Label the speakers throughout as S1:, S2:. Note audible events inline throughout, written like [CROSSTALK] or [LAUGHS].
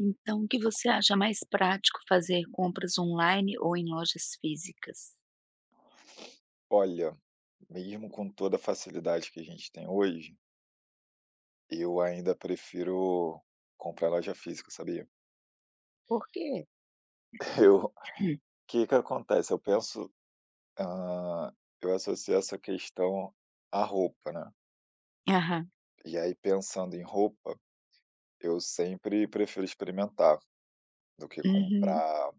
S1: Então, o que você acha mais prático, fazer compras online ou em lojas físicas?
S2: Olha, mesmo com toda a facilidade que a gente tem hoje, eu ainda prefiro comprar loja física, sabia?
S1: Por quê?
S2: [LAUGHS] Eu o
S1: Hum.
S2: Que que acontece? Eu penso, ah, eu associo essa questão à roupa, né?
S1: Aham.
S2: E aí pensando em roupa, eu sempre prefiro experimentar do que
S1: Uhum.
S2: comprar,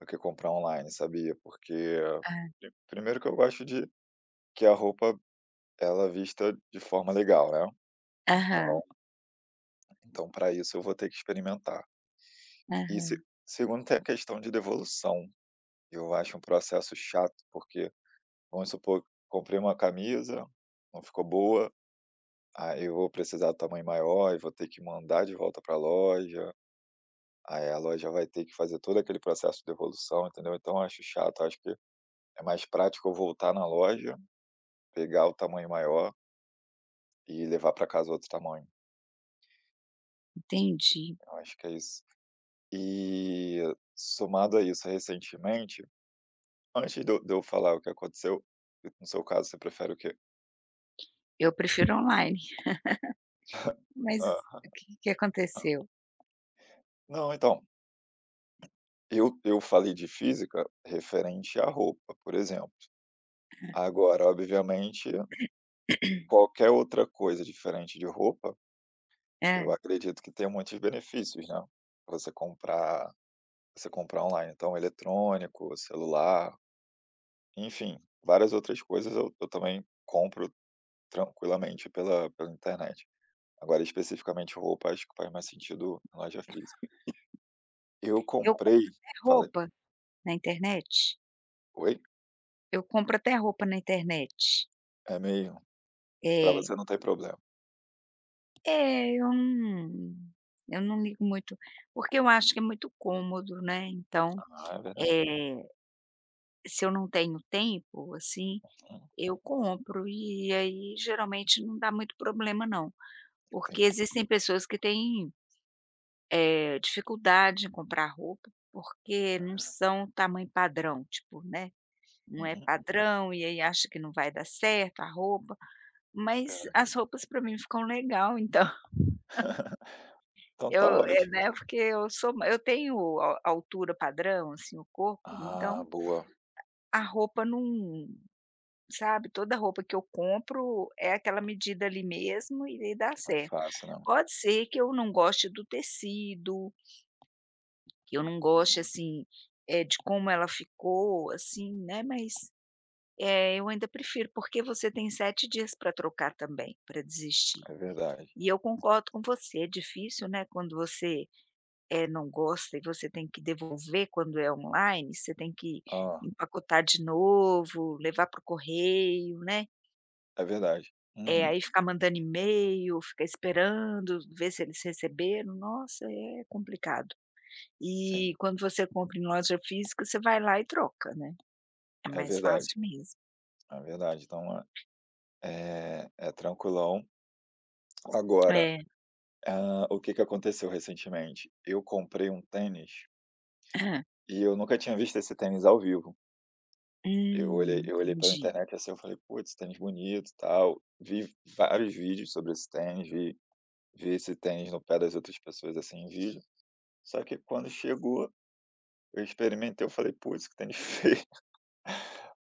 S2: do que comprar online, sabia? Porque
S1: É.
S2: primeiro que eu gosto de que a roupa ela vista de forma legal, né?
S1: Aham,
S2: Então, então para isso eu vou ter que experimentar. E se
S1: aham.
S2: Segundo, tem a questão de devolução, eu acho um processo chato, porque vamos supor, comprei uma camisa, não ficou boa, aí eu vou precisar do tamanho maior e vou ter que mandar de volta para a loja, aí a loja vai ter que fazer todo aquele processo de devolução, entendeu. Então eu acho chato, acho que é mais prático eu voltar na loja, pegar o tamanho maior e levar para casa outro tamanho,
S1: Entendi.
S2: eu acho que é isso. E somado a isso, recentemente antes de eu falar o que aconteceu, no seu caso você prefere o quê?
S1: Eu prefiro online. [LAUGHS] Mas
S2: Hã.
S1: o que que aconteceu?
S2: Não, então, eu falei de física referente à roupa, por exemplo. Agora, obviamente, qualquer outra coisa diferente de roupa, eu
S1: Hã.
S2: acredito que tenha muitos benefícios, né. Você comprar Você comprar online, então eletrônico, celular, enfim, várias outras coisas eu também compro tranquilamente pela internet. Agora especificamente roupa, acho que faz mais sentido em loja física. Eu
S1: Eu compro
S2: comprei
S1: até
S2: Falei,
S1: roupa. Na internet?
S2: oi?
S1: Eu compro até roupa na internet.
S2: É meio Pra
S1: É.
S2: você não tem problema.
S1: É, eu não ligo muito, porque eu acho que é muito cômodo, né, então,
S2: Ah, é verdade.
S1: eh, se eu não tenho tempo, assim.
S2: Hum,
S1: Eu compro e aí geralmente não dá muito problema não, porque
S2: entendi.
S1: existem pessoas que têm, dificuldade em comprar roupa, porque não são tamanho padrão, tipo, né, não é
S2: Uhum,
S1: padrão e aí acha que não vai dar certo a roupa, mas
S2: verdade.
S1: as roupas para mim ficam legal então. [LAUGHS]
S2: Então tá
S1: Eu,
S2: ótimo.
S1: né, porque eu tenho a altura padrão, assim, o corpo,
S2: Ah,
S1: então
S2: boa.
S1: a roupa não, sabe, toda roupa que eu compro é aquela medida ali mesmo e daí dá
S2: Mais
S1: certo.
S2: fácil, não.
S1: Pode ser que eu não goste do tecido, que eu não goste, assim, de como ela ficou, assim, né, mas, eu ainda prefiro, porque você tem 7 dias para trocar também, para desistir.
S2: É verdade.
S1: E eu concordo com você, é difícil, né, quando você, não gosta e você tem que devolver. Quando é online, você tem que
S2: Ah,
S1: empacotar de novo, levar para o correio, né,
S2: é verdade.
S1: é
S2: Uhum.
S1: aí ficar mandando e-mail, ficar esperando ver se eles receberam, nossa, é complicado.
S2: Sim,
S1: E quando você compra em loja física, você vai lá e troca, né, é
S2: é
S1: mais
S2: verdade,
S1: fácil mesmo.
S2: é verdade. Então é é tranquilão. Agora,
S1: É.
S2: o que que aconteceu recentemente? Eu comprei um tênis
S1: Hã.
S2: e eu nunca tinha visto esse tênis ao vivo. Eu olhei eu olhei pela
S1: Entendi.
S2: internet, assim, eu falei: "Putz, tênis bonito, e tal". Vi vários vídeos sobre esse tênis, vi esse tênis no pé das outras pessoas, assim, em vídeo. Só que quando chegou, eu experimentei, eu falei: "Putz, que tênis [LAUGHS] feio".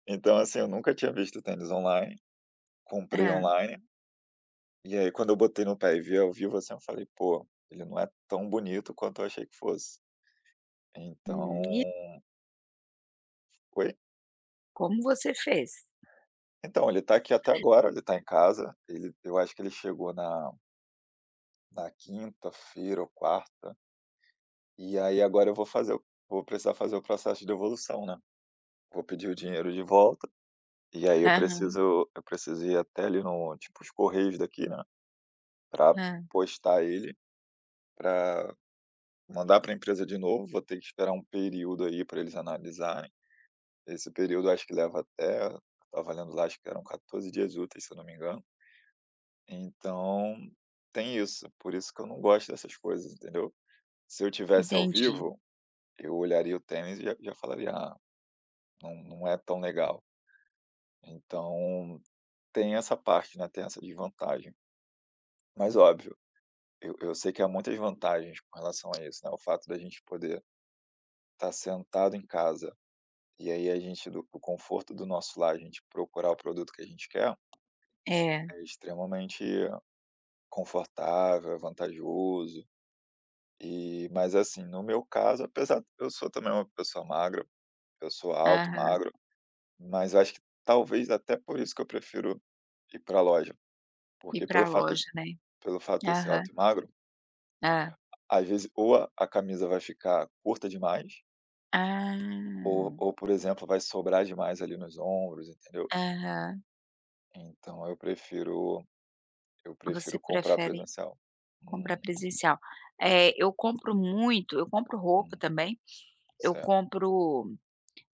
S2: Então, assim, eu nunca tinha visto tênis online, comprei
S1: Hã.
S2: online, e aí quando eu botei no pé e vi ao vivo, assim, eu falei: "Pô, ele não é tão bonito quanto eu achei que fosse". Então
S1: E
S2: Oi?
S1: como você fez?
S2: Então, ele tá aqui até agora, ele tá em casa, ele eu acho que ele chegou na quinta-feira ou quarta. E aí agora eu vou precisar fazer o processo de devolução, né. Vou pedir o dinheiro de volta, e aí eu
S1: Aham,
S2: preciso eu preciso ir até ali no tipo os correios daqui, né, para
S1: hã,
S2: postar ele, para mandar para a empresa de novo, vou ter que esperar um período aí para eles analisarem. Esse período acho que leva até eu estava lendo lá, acho que eram 14 dias úteis, se eu não me engano. Então, tem isso, por isso que eu não gosto dessas coisas, entendeu. Se eu tivesse ao
S1: entendi.
S2: vivo, eu olharia o tênis e já já falaria: "Ah, não, não é tão legal". Então, tem essa parte, né, tem essa desvantagem. Mas óbvio, eu sei que há muitas vantagens com relação a isso, né, o fato da gente poder estar sentado em casa, e aí a gente do conforto do nosso lar, a gente procurar o produto que a gente quer,
S1: É,
S2: é extremamente confortável, é vantajoso, e mas assim, no meu caso, apesar de eu sou também uma pessoa magra, eu sou alto,
S1: aham.
S2: magro, mas eu acho que talvez até por isso que eu prefiro ir pra loja,
S1: Ir
S2: porque
S1: pra
S2: pelo fato
S1: loja, né.
S2: Pelo fato de eu ser
S1: Aham.
S2: alto e magro,
S1: Hã.
S2: às vezes ou a camisa vai ficar curta demais, ou
S1: Ah,
S2: ou, por exemplo, vai sobrar demais ali nos ombros, entendeu.
S1: aham.
S2: Então eu prefiro
S1: Você
S2: comprar
S1: prefere
S2: presencial.
S1: comprar
S2: Uhum.
S1: presencial. É, eu compro roupa também, eu
S2: Certo,
S1: compro,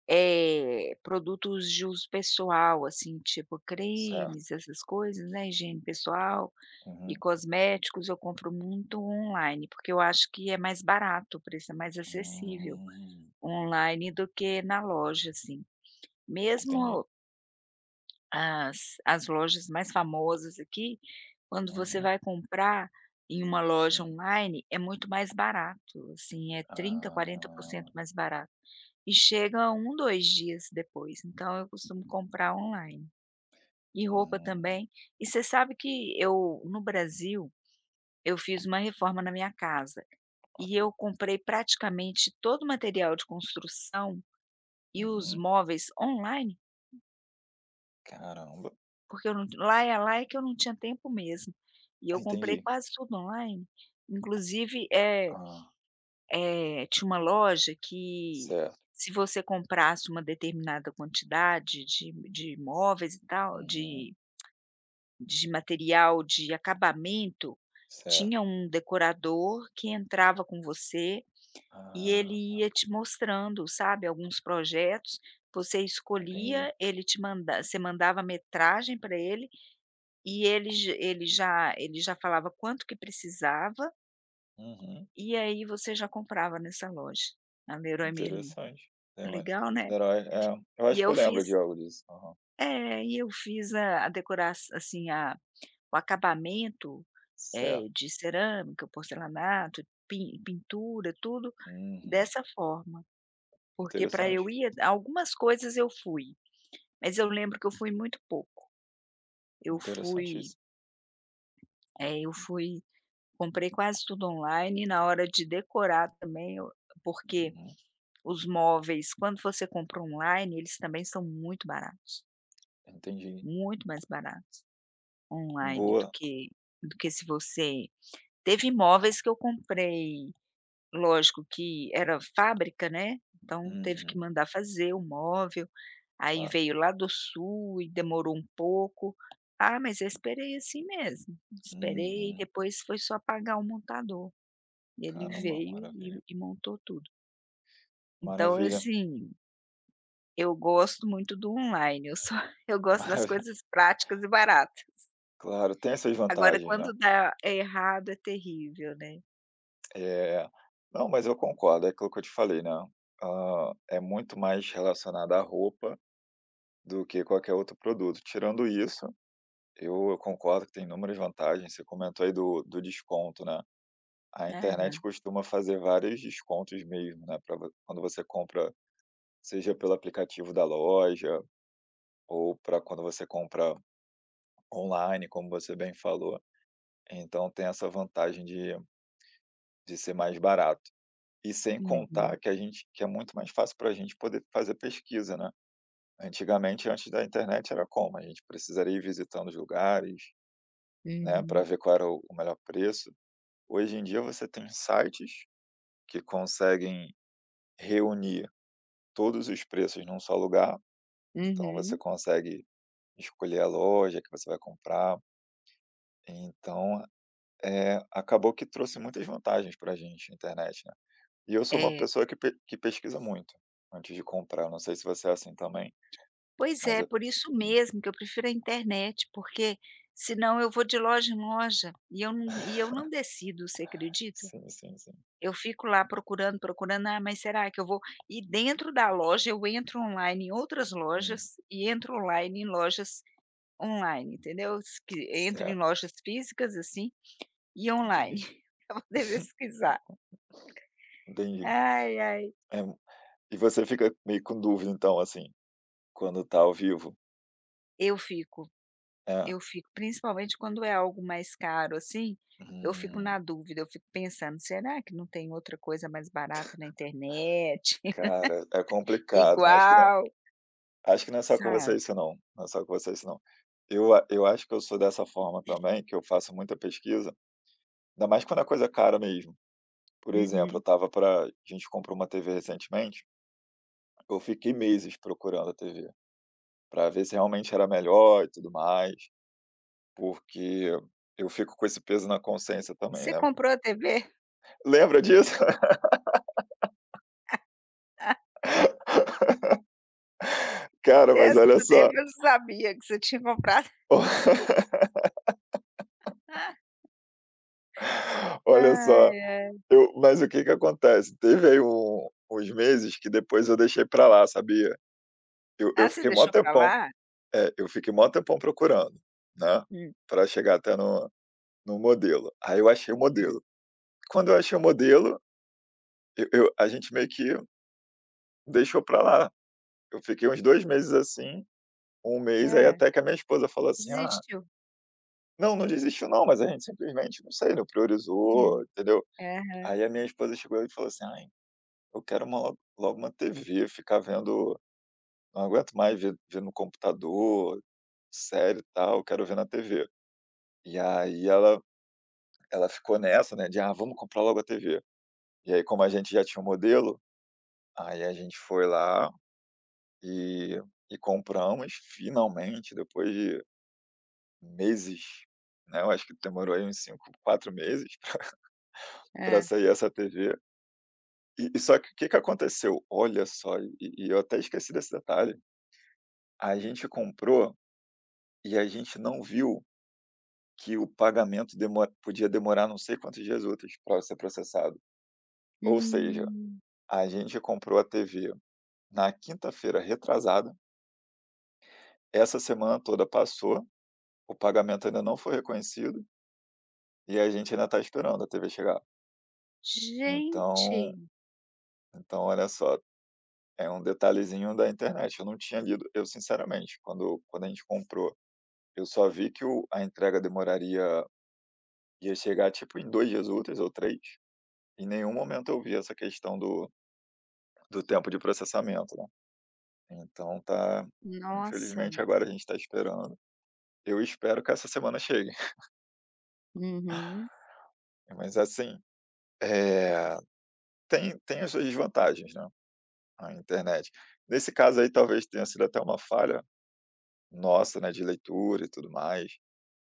S1: Produtos de uso pessoal, assim, tipo
S2: certo.
S1: cremes, essas coisas, né, higiene pessoal e
S2: Uhum.
S1: cosméticos, eu compro muito online, porque eu acho que é mais barato, o preço é mais acessível
S2: Hum,
S1: online do que na loja, assim.
S2: entendi.
S1: Mesmo as lojas mais famosas aqui, quando você
S2: Uhum,
S1: vai comprar em uma loja
S2: hum.
S1: online, é muito mais barato, assim, é 30 40%
S2: Ah,
S1: mais barato. E chega 1 2 dias depois, então eu costumo comprar online. E roupa
S2: hum,
S1: também. E você sabe que eu, no Brasil, eu fiz uma reforma na minha casa, e
S2: ok.
S1: eu comprei praticamente todo o material de construção e os
S2: Uhum.
S1: móveis online.
S2: Caramba,
S1: Porque eu não, lá é que eu não tinha tempo mesmo. E eu comprei
S2: entendi.
S1: quase tudo online, inclusive, é,
S2: Ah,
S1: tinha uma loja que,
S2: certo.
S1: se você comprasse uma determinada quantidade de móveis e tal,
S2: Uhum,
S1: de material de acabamento,
S2: certo.
S1: tinha um decorador que entrava com você e
S2: Ah,
S1: ele ia te mostrando, sabe, alguns projetos, você
S2: entendi.
S1: escolhia, ele te manda você mandava a metragem para ele e ele já falava quanto que precisava,
S2: Uhum.
S1: e aí você já comprava nessa loja, na Leroy Merlin.
S2: Interessante. Herói
S1: Legal, né.
S2: herói, é, eu
S1: E
S2: acho que
S1: eu
S2: eu
S1: fiz,
S2: lembro de algo disso. Aham.
S1: é, e eu fiz a decora assim, a, o acabamento,
S2: Certo.
S1: de cerâmica, porcelanato, pintura, tudo
S2: Uhum.
S1: dessa forma, porque para
S2: Interessante,
S1: eu ir, algumas coisas eu fui, mas eu lembro que eu fui muito pouco. Eu fui,
S2: interessantíssimo.
S1: eu fui, comprei quase tudo online, na hora de decorar também eu, porque
S2: Uhum.
S1: os móveis, quando você compra online, eles também são muito baratos,
S2: Entendi.
S1: muito mais baratos online
S2: Boa.
S1: do que se você, teve móveis que eu comprei, lógico que era fábrica, né, então teve que
S2: Uhum.
S1: mandar fazer o móvel, aí
S2: Claro.
S1: veio lá do sul e demorou um pouco. Ah, mas eu esperei assim mesmo, esperei e
S2: Uhum.
S1: depois foi só pagar o montador. E ele
S2: Caramba,
S1: veio e
S2: maravilha.
S1: montou tudo. Então,
S2: Maravilha,
S1: assim, eu gosto muito do online, eu só [LAUGHS] eu
S2: [LAUGHS]
S1: gosto das
S2: maravilha.
S1: coisas práticas e baratas.
S2: Claro, tem essas
S1: Agora
S2: vantagens, né.
S1: quando dá é errado é terrível, né.
S2: Eh, não, mas eu concordo, é aquilo que eu te falei, né, é muito mais relacionado à roupa do que qualquer outro produto. Tirando isso, eu concordo que tem inúmeras vantagens, você comentou aí do desconto, né. A internet
S1: Aham.
S2: costuma fazer vários descontos mesmo, né, pra vo quando você compra, seja pelo aplicativo da loja ou para quando você compra online, como você bem falou. Então tem essa vantagem de ser mais barato. E sem
S1: Uhum,
S2: contar que a gente que é muito mais fácil para a gente poder fazer pesquisa, né. Antigamente, antes da internet, era como? A gente precisaria ir visitando os lugares, né, para
S1: uhum,
S2: ver qual era o melhor preço. Hoje em dia você tem sites que conseguem reunir todos os preços num só lugar, então você
S1: uhum.
S2: consegue escolher a loja que você vai comprar. Então, acabou que trouxe muitas vantagens para a gente, a internet, né. E eu sou uma
S1: É.
S2: pessoa que pe que pesquisa muito antes de comprar. Eu não sei se você é assim também,
S1: Pois
S2: mas
S1: é,
S2: eu
S1: por isso
S2: hum,
S1: mesmo que eu prefiro a internet, porque senão eu vou de loja em loja e eu não decido, você acredita?
S2: sim, sim, sim.
S1: Eu fico lá procurando, procurando, "ah, mas será que eu vou?" E dentro da loja eu entro online em outras
S2: Hum,
S1: lojas e entro online em lojas online, entendeu? S que entro em
S2: certo,
S1: lojas físicas, assim, e online,
S2: entendi,
S1: [LAUGHS] pra poder pesquisar.
S2: entendi.
S1: Ai, ai,
S2: É, e você fica meio com dúvida então, assim, quando tá ao vivo?
S1: eu fico
S2: É,
S1: eu fico, principalmente quando é algo mais caro, assim, eu fico
S2: hum.
S1: na dúvida, eu fico pensando: "Será que não tem outra coisa mais barata na internet, [LAUGHS]
S2: Cara, é complicado, né,
S1: igual?",
S2: acho que não é só com você
S1: sabe?
S2: isso não, não é só com você isso não. Eu acho que eu sou dessa forma também, que eu faço muita pesquisa, ainda mais quando a coisa é cara mesmo. Por exemplo, eu
S1: Uhum.
S2: estava para a gente comprou uma TV recentemente, eu fiquei meses procurando a TV, para ver se realmente era melhor e tudo mais, porque eu fico com esse peso na consciência também,
S1: "Você
S2: né.
S1: comprou a TV?"
S2: Lembra disso? [LAUGHS] Cara, mas
S1: Dessa
S2: olha
S1: do teve
S2: só,
S1: eu não sabia que você tinha comprado.
S2: [LAUGHS]
S1: [LAUGHS]
S2: olha só.
S1: Ai, ai.
S2: Eu Mas o que que acontece, teve aí uns meses que depois eu deixei pra lá, sabia. Eu eu
S1: Ah, você
S2: fiquei mó
S1: deixou pra
S2: tempão
S1: lá?
S2: eu fiquei mó tempão procurando, né,
S1: Hum,
S2: pra chegar até no no modelo. Aí eu achei o
S1: hã.
S2: modelo. Quando eu achei o modelo, eu a gente meio que deixou pra lá. Eu fiquei uns 2 meses assim, um mês, aí
S1: Hã.
S2: até que a minha esposa falou assim: "Ah,
S1: Desistiu?
S2: não, não desistiu não, mas a gente simplesmente, não sei, não
S1: Hum.
S2: priorizou", entendeu.
S1: Aham.
S2: Aí a minha esposa chegou e falou assim: "Ai, eu quero uma logo uma TV, ficar vendo". Não aguento mais ver no computador, série e tal, quero ver na TV. E aí ela ficou nessa, né, de: "Ah, vamos comprar logo a TV". E aí como a gente já tinha o modelo, aí a gente foi lá e compramos finalmente depois de meses, né, eu acho que demorou aí uns 5, 4 meses [LAUGHS] para
S1: Hã.
S2: sair essa TV. E só que o que que aconteceu? Olha só, e eu até esqueci desse detalhe, a gente comprou e a gente não viu que o pagamento demo podia demorar não sei quantos dias úteis para ser processado. Ou seja,
S1: Hum.
S2: a gente comprou a TV na quinta-feira retrasada, essa semana toda passou, o pagamento ainda não foi reconhecido, e a gente ainda está esperando a TV chegar. Então,
S1: Gente,
S2: então olha só, é um detalhezinho da internet, eu não tinha lido eu sinceramente, quando a gente comprou, eu só vi que o a entrega demoraria ia chegar tipo em 2 dias úteis ou 3, em nenhum momento eu vi essa questão do tempo de processamento, né. Então tá
S1: nossa.
S2: Infelizmente agora a gente está esperando. Eu espero que essa semana chegue,
S1: Uhum.
S2: [LAUGHS] mas assim, eh, tem as suas desvantagens, né, a internet. Nesse caso aí talvez tenha sido até uma falha nossa, né, de leitura e tudo mais.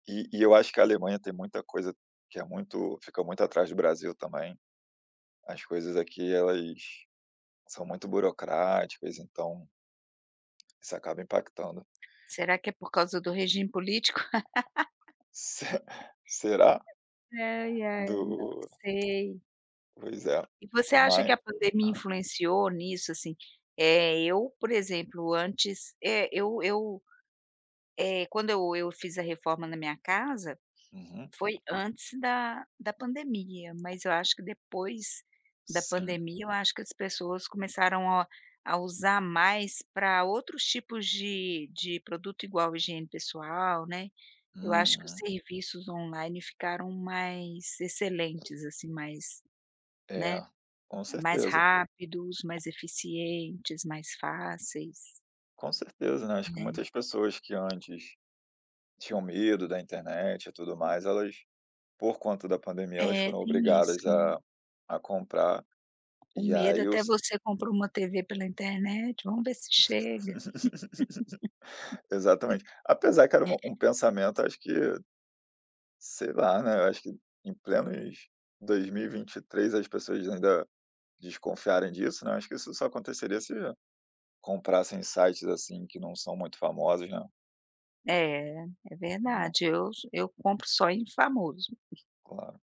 S2: E eu acho que a Alemanha tem muita coisa que é muito fica muito atrás do Brasil também. As coisas aqui elas são muito burocráticas, então isso acaba impactando.
S1: Será que é por causa do regime político?
S2: [LAUGHS] Se Será?
S1: Ai, ai, não
S2: Do...
S1: sei.
S2: Pois é.
S1: E você acha que
S2: Mas
S1: a pandemia
S2: ah,
S1: influenciou nisso, assim? Eu, por exemplo, antes, quando eu fiz a reforma na minha casa,
S2: uhum,
S1: foi antes da pandemia, mas eu acho que depois da
S2: sim.
S1: pandemia, eu acho que as pessoas começaram a usar mais para outros tipos de produto igual higiene pessoal, né. Eu acho que os
S2: Uhum.
S1: serviços online ficaram mais excelentes, assim, mais, né,
S2: É, com
S1: mais
S2: certeza,
S1: rápidos, mais eficientes, mais fáceis,
S2: com certeza, né, acho que
S1: né.
S2: muitas pessoas que antes tinham medo da internet e tudo mais, elas, por conta da pandemia, elas
S1: É,
S2: foram
S1: tem isso,
S2: obrigadas
S1: né.
S2: a comprar,
S1: O
S2: e
S1: medo,
S2: aí
S1: até
S2: os
S1: você comprou uma TV pela internet, vamos ver se chega.
S2: exatamente. Apesar que era um pensamento, acho que, sei lá, né, eu acho que em plenos 2023 as pessoas ainda desconfiarem disso, né, acho que isso só aconteceria se comprassem sites, assim, que não são muito famosos, né.
S1: É, é
S2: Uma
S1: verdade. Eu compro só em famoso.
S2: Claro.